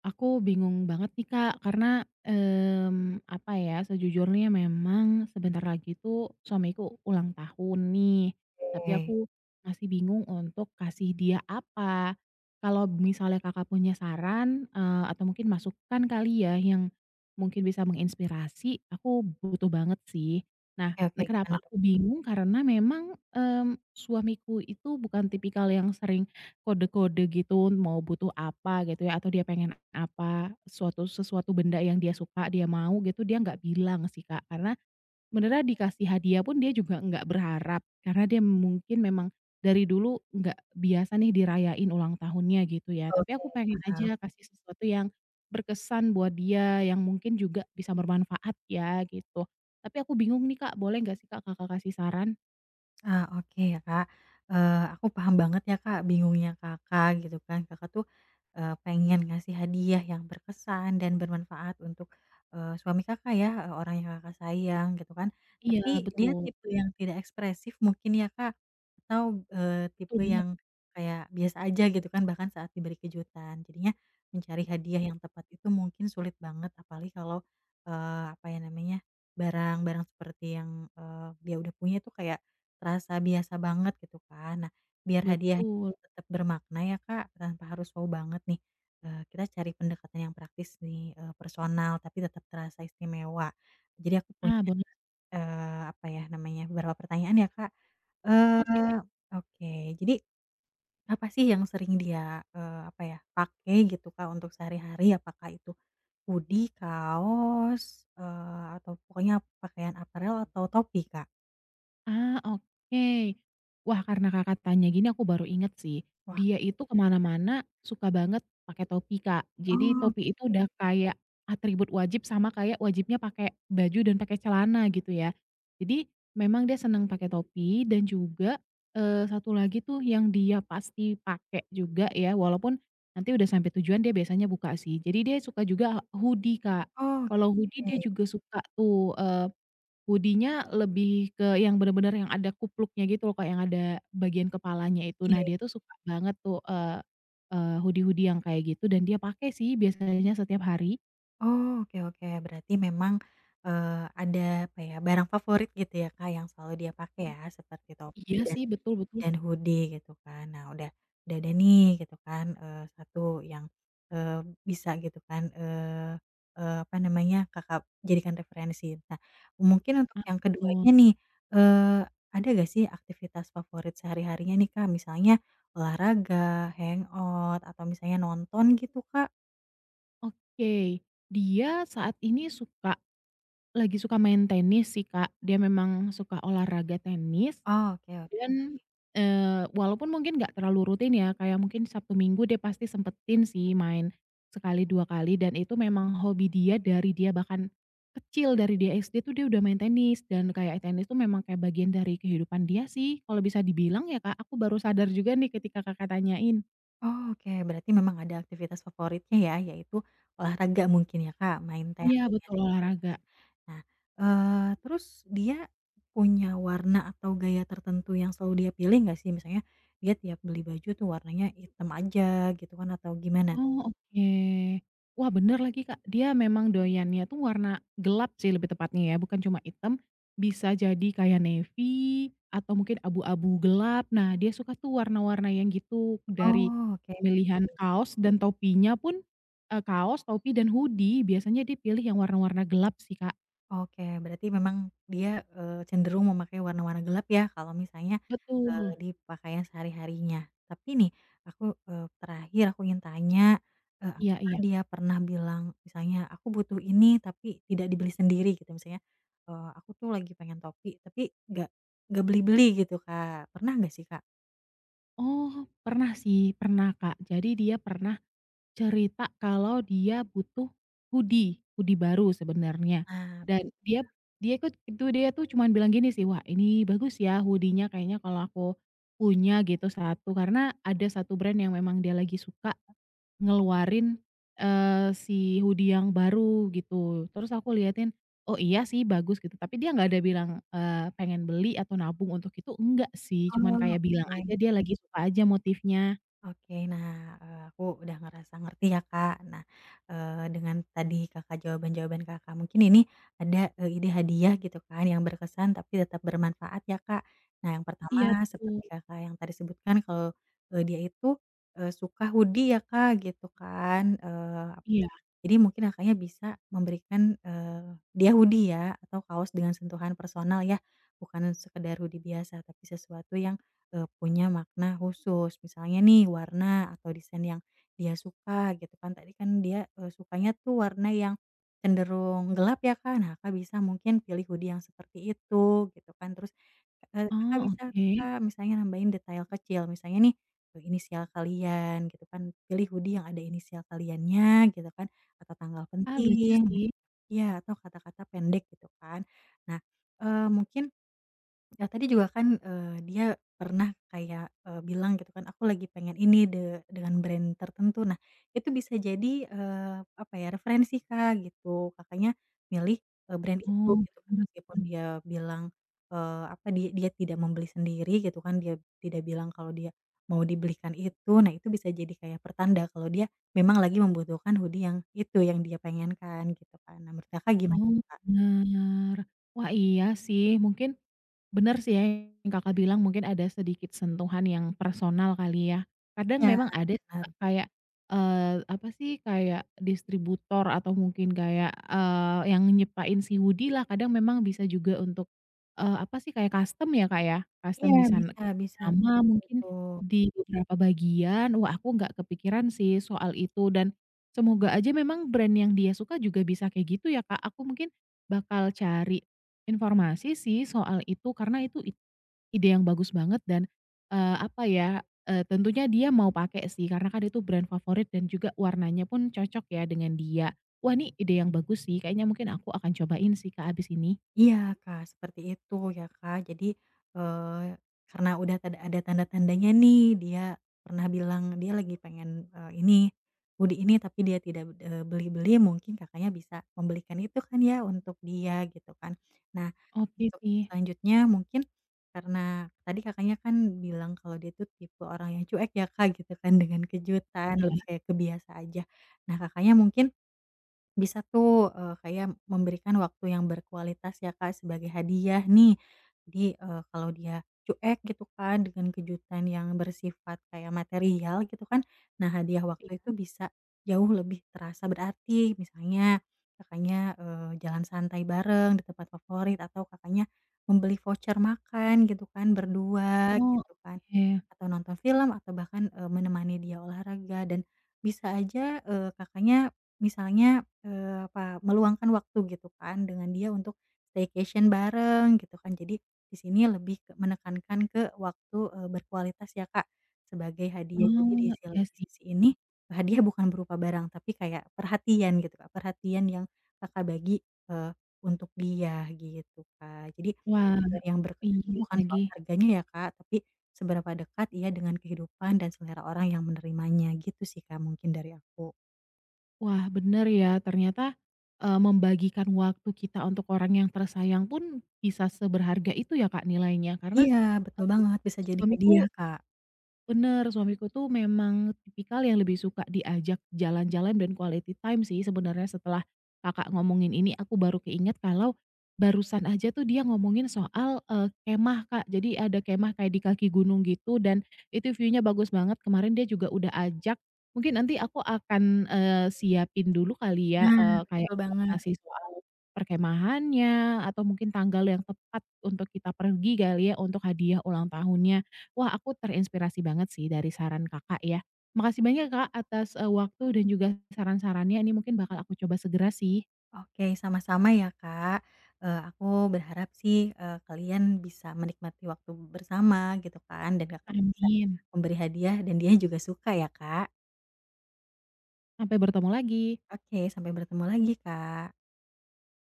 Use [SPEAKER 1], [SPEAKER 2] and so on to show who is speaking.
[SPEAKER 1] Aku bingung banget nih Kak, karena, apa ya, sejujurnya memang sebentar lagi tuh suamiku ulang tahun nih, tapi
[SPEAKER 2] Oke.
[SPEAKER 1] aku masih bingung untuk kasih dia apa. Kalau misalnya Kakak punya saran, atau mungkin masukan kali ya yang mungkin bisa menginspirasi, aku butuh banget sih. Nah,
[SPEAKER 2] Oke oke, gimana
[SPEAKER 1] kenapa
[SPEAKER 2] tuh?
[SPEAKER 1] aku bingung karena memang, suamiku itu bukan tipikal yang sering kode-kode gitu mau butuh apa gitu ya atau dia pengen apa, suatu sesuatu benda yang dia suka, dia mau gitu, dia nggak bilang sih, Kak. Karena sebenarnya dikasih hadiah pun dia juga nggak berharap, karena dia mungkin memang dari dulu nggak biasa nih dirayain ulang tahunnya gitu ya. Tapi
[SPEAKER 2] Oke,
[SPEAKER 1] aku pengen
[SPEAKER 2] paham.
[SPEAKER 1] aja kasih sesuatu yang berkesan buat dia, yang mungkin juga bisa bermanfaat ya gitu. Tapi aku bingung nih, Kak, boleh nggak sih, Kak, Kakak kasih saran?
[SPEAKER 2] Oke ya Kak, aku paham banget ya Kak bingungnya Kakak gitu kan, Kakak tuh, pengen ngasih hadiah yang berkesan dan bermanfaat untuk suami Kakak ya, orang yang Kakak sayang gitu kan,
[SPEAKER 1] Iya
[SPEAKER 2] tapi Iya. Dia
[SPEAKER 1] betul,
[SPEAKER 2] tipe yang tidak ekspresif mungkin ya Kak? Atau
[SPEAKER 1] betul
[SPEAKER 2] tipe
[SPEAKER 1] banget,
[SPEAKER 2] yang kayak biasa aja gitu kan bahkan saat diberi kejutan, jadinya mencari hadiah yang tepat itu mungkin sulit banget apalagi kalau, apa ya namanya, barang-barang seperti yang dia udah punya itu kayak Terasa biasa banget gitu kan. Nah, biar hadiah
[SPEAKER 1] betul.
[SPEAKER 2] tetap bermakna ya Kak, tanpa harus wow banget nih, kita cari pendekatan yang praktis nih, personal tapi tetap terasa istimewa. Jadi aku punya,
[SPEAKER 1] Ah, boleh.
[SPEAKER 2] eee, apa ya namanya, beberapa pertanyaan ya Kak,
[SPEAKER 1] Oke.
[SPEAKER 2] eee, oke. Jadi apa sih yang sering dia, apa ya, pakai gitu Kak untuk sehari-hari? Apakah itu hoodie, kaos, atau pokoknya pakaian aparel atau topi Kak?
[SPEAKER 1] Ah, oke. Wah, karena Kakak tanya gini aku baru inget sih,
[SPEAKER 2] Wah,
[SPEAKER 1] dia itu kemana mana suka banget pakai topi, Kak. Jadi
[SPEAKER 2] oh, oke
[SPEAKER 1] topi itu
[SPEAKER 2] oke.
[SPEAKER 1] udah kayak atribut wajib sama kayak wajibnya pakai baju dan pakai celana gitu ya. Jadi memang dia senang pakai topi dan juga, satu lagi tuh yang dia pasti pakai juga ya, walaupun nanti udah sampai tujuan dia biasanya buka sih. Jadi dia suka juga hoodie, Kak.
[SPEAKER 2] Oh, oke
[SPEAKER 1] Kalau hoodie dia
[SPEAKER 2] oke.
[SPEAKER 1] juga suka tuh, hoodie-nya lebih ke yang bener-bener yang ada kupluknya gitu loh Kak, yang ada bagian kepalanya itu.
[SPEAKER 2] Iya,
[SPEAKER 1] Nah dia
[SPEAKER 2] iya.
[SPEAKER 1] tuh suka banget tuh, eee eee, hoodie-hoodie yang kayak gitu dan dia pakai sih biasanya setiap hari.
[SPEAKER 2] Oh, oke oke. Berarti memang, eee, ada apa ya, barang favorit gitu ya, Kak, yang selalu dia pakai ya, seperti topi
[SPEAKER 1] Iya sih, betul betul.
[SPEAKER 2] dan hoodie gitu kan. Nah, udah ada nih gitu kan, 1 yang, eee, bisa gitu kan, eee eee, apa namanya, Kakak jadikan referensi. Nah, mungkin untuk
[SPEAKER 1] Ah,
[SPEAKER 2] yang
[SPEAKER 1] betul.
[SPEAKER 2] keduanya nih, eee, ada gak sih aktivitas favorit sehari-harinya nih, Kak? Misalnya olahraga, hangout, atau misalnya nonton gitu, Kak?
[SPEAKER 1] Oke, dia saat ini suka main tenis sih Kak, dia memang suka olahraga tenis.
[SPEAKER 2] Oh, oke oke.
[SPEAKER 1] Dan, walaupun mungkin nggak terlalu rutin ya, kayak mungkin Sabtu Minggu dia pasti sempetin sih main sekali, 2 kali dan itu memang hobi dia dari dia bahkan kecil, dari dia SD tuh dia udah main tenis dan kayak tenis tuh memang kayak bagian dari kehidupan dia sih kalau bisa dibilang ya, Kak. Aku baru sadar juga nih ketika Kakak tanyain.
[SPEAKER 2] Oh, oke, berarti memang ada aktivitas favoritnya ya, yaitu olahraga mungkin ya, Kak, main Mhm.
[SPEAKER 1] Iya,
[SPEAKER 2] tenis.
[SPEAKER 1] betul olahraga.
[SPEAKER 2] Nah, terus dia punya warna atau gaya tertentu yang selalu dia pilih nggak sih? Misalnya dia tiap beli baju tuh warnanya hitam aja gitu kan atau gimana?
[SPEAKER 1] Oh, oke. Wah, bener lagi, Kak. Dia memang doyannya tuh warna gelap sih lebih tepatnya ya, bukan cuma hitam, bisa jadi kayak navy atau mungkin abu-abu gelap. Nah, dia suka tuh warna-warna yang gitu dari
[SPEAKER 2] Oh, oke.
[SPEAKER 1] pemilihan kaos dan topinya pun, kaos, topi, dan hoodie biasanya dia pilih yang warna-warna gelap sih, Kak.
[SPEAKER 2] Oke, berarti memang dia, cenderung memakai warna-warna gelap ya kalau misalnya,
[SPEAKER 1] Betul.
[SPEAKER 2] di pakaian sehari-harinya. Tapi nih aku, terakhir aku ingin tanya,
[SPEAKER 1] Iya
[SPEAKER 2] apakah
[SPEAKER 1] iya.
[SPEAKER 2] dia pernah bilang misalnya, "Aku butuh ini tapi tidak dibeli sendiri," gitu misalnya, "Aku tuh lagi pengen topi tapi nggak nggak beli-beli," gitu Kak, pernah nggak sih Kak?
[SPEAKER 1] Oh, pernah sih, pernah, Kak. Jadi dia pernah cerita kalau dia butuh hoodie, hoodie baru sebenarnya
[SPEAKER 2] Nah
[SPEAKER 1] dan dia dia ikut itu dia tuh cuman bilang gini sih, "Wah ini bagus ya hoodie-nya kayaknya kalau aku punya gitu satu." Karena ada satu brand yang memang dia lagi suka ngeluarin, si hoodie yang baru gitu. Terus aku liatin, "Oh iya sih bagus," gitu, tapi dia nggak ada bilang, pengen beli atau nabung untuk itu, enggak sih, cuman
[SPEAKER 2] oh
[SPEAKER 1] kayak bilang
[SPEAKER 2] oke.
[SPEAKER 1] aja dia lagi suka aja motifnya.
[SPEAKER 2] Oke, nah, aku udah ngerasa ngerti ya, Kak. Nah, dengan tadi Kakak jawaban-jawaban Kakak, mungkin ini ada ide hadiah gitu kan yang berkesan tapi tetap bermanfaat ya, Kak. Nah, yang
[SPEAKER 1] Iya
[SPEAKER 2] pertama Mhm.
[SPEAKER 1] betul,
[SPEAKER 2] seperti Kakak yang tadi sebutkan kalau, dia itu, suka hoodie ya, Kak, gitu kan,
[SPEAKER 1] iya.
[SPEAKER 2] jadi mungkin Kakaknya bisa memberikan, dia hoodie ya atau kaos dengan sentuhan personal ya, bukan sekedar hoodie biasa tapi sesuatu yang punya makna khusus. Misalnya nih warna atau desain yang dia suka gitu kan, tadi kan dia, sukanya tuh warna yang cenderung gelap ya kan nah Kakak bisa mungkin pilih hoodie yang seperti itu gitu kan. Terus, Kakak
[SPEAKER 1] Oh,
[SPEAKER 2] bisa
[SPEAKER 1] oke.
[SPEAKER 2] Kak, misalnya nambahin detail kecil, misalnya nih, inisial kalian gitu kan, pilih hoodie yang ada inisial kaliannya gitu kan. Atau tanggal
[SPEAKER 1] Ah, lucu
[SPEAKER 2] penting
[SPEAKER 1] sih.
[SPEAKER 2] ya atau kata-kata pendek gitu kan. Nah, mungkin Nah tadi juga kan, dia pernah kayak, bilang gitu kan, "Aku lagi pengen ini de dengan brand tertentu." Nah itu bisa jadi, apa ya, referensi Kak gitu, Kakaknya milih, brand itu
[SPEAKER 1] Oh,
[SPEAKER 2] gitu kan.
[SPEAKER 1] bener.
[SPEAKER 2] Meskipun dia bilang, apa, dia dia tidak membeli sendiri gitu kan, dia tidak bilang kalau dia mau dibelikan itu. Nah itu bisa jadi kayak pertanda kalau dia memang lagi membutuhkan hoodie yang itu, yang dia pengenkan gitu kan. Nah menurut Kakak gimana
[SPEAKER 1] Oh,
[SPEAKER 2] Kak?
[SPEAKER 1] bener. Wah, iya sih, mungkin, bener sih ya yang Kakak bilang mungkin ada sedikit sentuhan yang personal kali ya. Kadang
[SPEAKER 2] Iya,
[SPEAKER 1] memang ada sih
[SPEAKER 2] benar.
[SPEAKER 1] Kak kayak, apa sih, kayak distributor atau mungkin kayak, yang nyepain si hoodie lah kadang memang bisa juga untuk, apa sih, kayak custom ya Kak ya, custom
[SPEAKER 2] Iya,
[SPEAKER 1] bisa n-
[SPEAKER 2] bisa bisa
[SPEAKER 1] nama
[SPEAKER 2] seperti itu.
[SPEAKER 1] mungkin di beberapa bagian. Wah aku nggak kepikiran sih soal itu dan semoga aja memang brand yang dia suka juga bisa kayak gitu ya Kak. Aku mungkin bakal cari informasi sih soal itu, karena itu it ide yang bagus banget dan, eee, apa ya, eee, tentunya dia mau pakai sih karena kan itu brand favorit dan juga warnanya pun cocok ya dengan dia. Wah ini ide yang bagus sih, kayaknya mungkin aku akan cobain sih Kak abis ini.
[SPEAKER 2] Iya, Kak, seperti itu ya, Kak. Jadi, eee, karena udah tada ada tanda-tandanya nih, dia pernah bilang dia lagi pengen, eee, ini, hoodie ini tapi dia tidak beli-beli, mungkin Kakaknya bisa membelikan itu kan ya untuk dia gitu kan. Nah,
[SPEAKER 1] Oke
[SPEAKER 2] untuk
[SPEAKER 1] sih.
[SPEAKER 2] yang selanjutnya mungkin karena tadi Kakaknya kan bilang kalau dia tuh tipe orang yang cuek ya, Kak, gitu kan dengan kejutan,
[SPEAKER 1] Iya
[SPEAKER 2] lebih kayak ke biasa aja. Nah, Kakaknya mungkin Bisa tuh, kayak memberikan waktu yang berkualitas ya Kak, sebagai hadiah nih. Jadi, kalau dia cuek gitu kan dengan kejutan yang bersifat kayak material gitu kan, nah hadiah waktu
[SPEAKER 1] iya.
[SPEAKER 2] itu bisa jauh lebih terasa berarti. Misalnya Kakaknya, jalan santai bareng di tempat favorit atau Kakaknya membeli voucher makan gitu kan berdua
[SPEAKER 1] Oh
[SPEAKER 2] gitu kan,
[SPEAKER 1] oke.
[SPEAKER 2] atau nonton film atau bahkan, menemani dia olahraga dan bisa aja, Kakaknya misalnya apa, meluangkan waktu gitu kan dengan dia untuk staycation bareng gitu kan. Jadi di sini lebih ke menekankan ke waktu, berkualitas ya Kak, sebagai hadiah. Jadi di
[SPEAKER 1] Oh,
[SPEAKER 2] sil
[SPEAKER 1] iya
[SPEAKER 2] di
[SPEAKER 1] sih.
[SPEAKER 2] sisi ini, hadiah bukan berupa barang tapi kayak perhatian gitu Kak, perhatian yang Kakak bagi, eee, untuk dia gitu Kak. Jadi
[SPEAKER 1] Wah,
[SPEAKER 2] hadiah yang berkesan itu
[SPEAKER 1] iya
[SPEAKER 2] bukan
[SPEAKER 1] lagi.
[SPEAKER 2] soal harganya ya Kak, tapi seberapa dekat ia dengan kehidupan dan selera orang yang menerimanya gitu sih Kak mungkin dari aku.
[SPEAKER 1] Wah bener ya ternyata, membagikan waktu kita untuk orang yang tersayang pun bisa seberharga itu ya Kak nilainya karena
[SPEAKER 2] Iya, betul banget, bisa jadi
[SPEAKER 1] suamiku
[SPEAKER 2] hadiah, Kak.
[SPEAKER 1] bener, suamiku tuh memang tipikal yang lebih suka diajak jalan-jalan dan quality time sih sebenarnya setelah Kakak ngomongin ini aku baru keinget kalau barusan aja tuh dia ngomongin soal, kemah Kak, jadi ada kemah kayak di kaki gunung gitu dan itu view-nya bagus banget kemarin dia juga udah ajak, mungkin nanti aku akan, siapin dulu kali ya,
[SPEAKER 2] Nah,
[SPEAKER 1] kayak
[SPEAKER 2] betul banget.
[SPEAKER 1] informasi soal perkemahannya atau mungkin tanggal yang tepat untuk kita pergi kali ya untuk hadiah ulang tahunnya. Wah, aku terinspirasi banget sih dari saran Kakak ya. Makasih banyak ya, Kak atas, waktu dan juga saran-sarannya, ini mungkin bakal aku coba segera sih.
[SPEAKER 2] Oke, sama-sama ya, Kak. Aku berharap sih, kalian bisa menikmati waktu bersama gitu kan, dan Kakaknya bisa
[SPEAKER 1] Amin.
[SPEAKER 2] memberi hadiah dan dia juga suka ya, Kak.
[SPEAKER 1] Sampai bertemu lagi.
[SPEAKER 2] Oke, sampai bertemu lagi, Kak.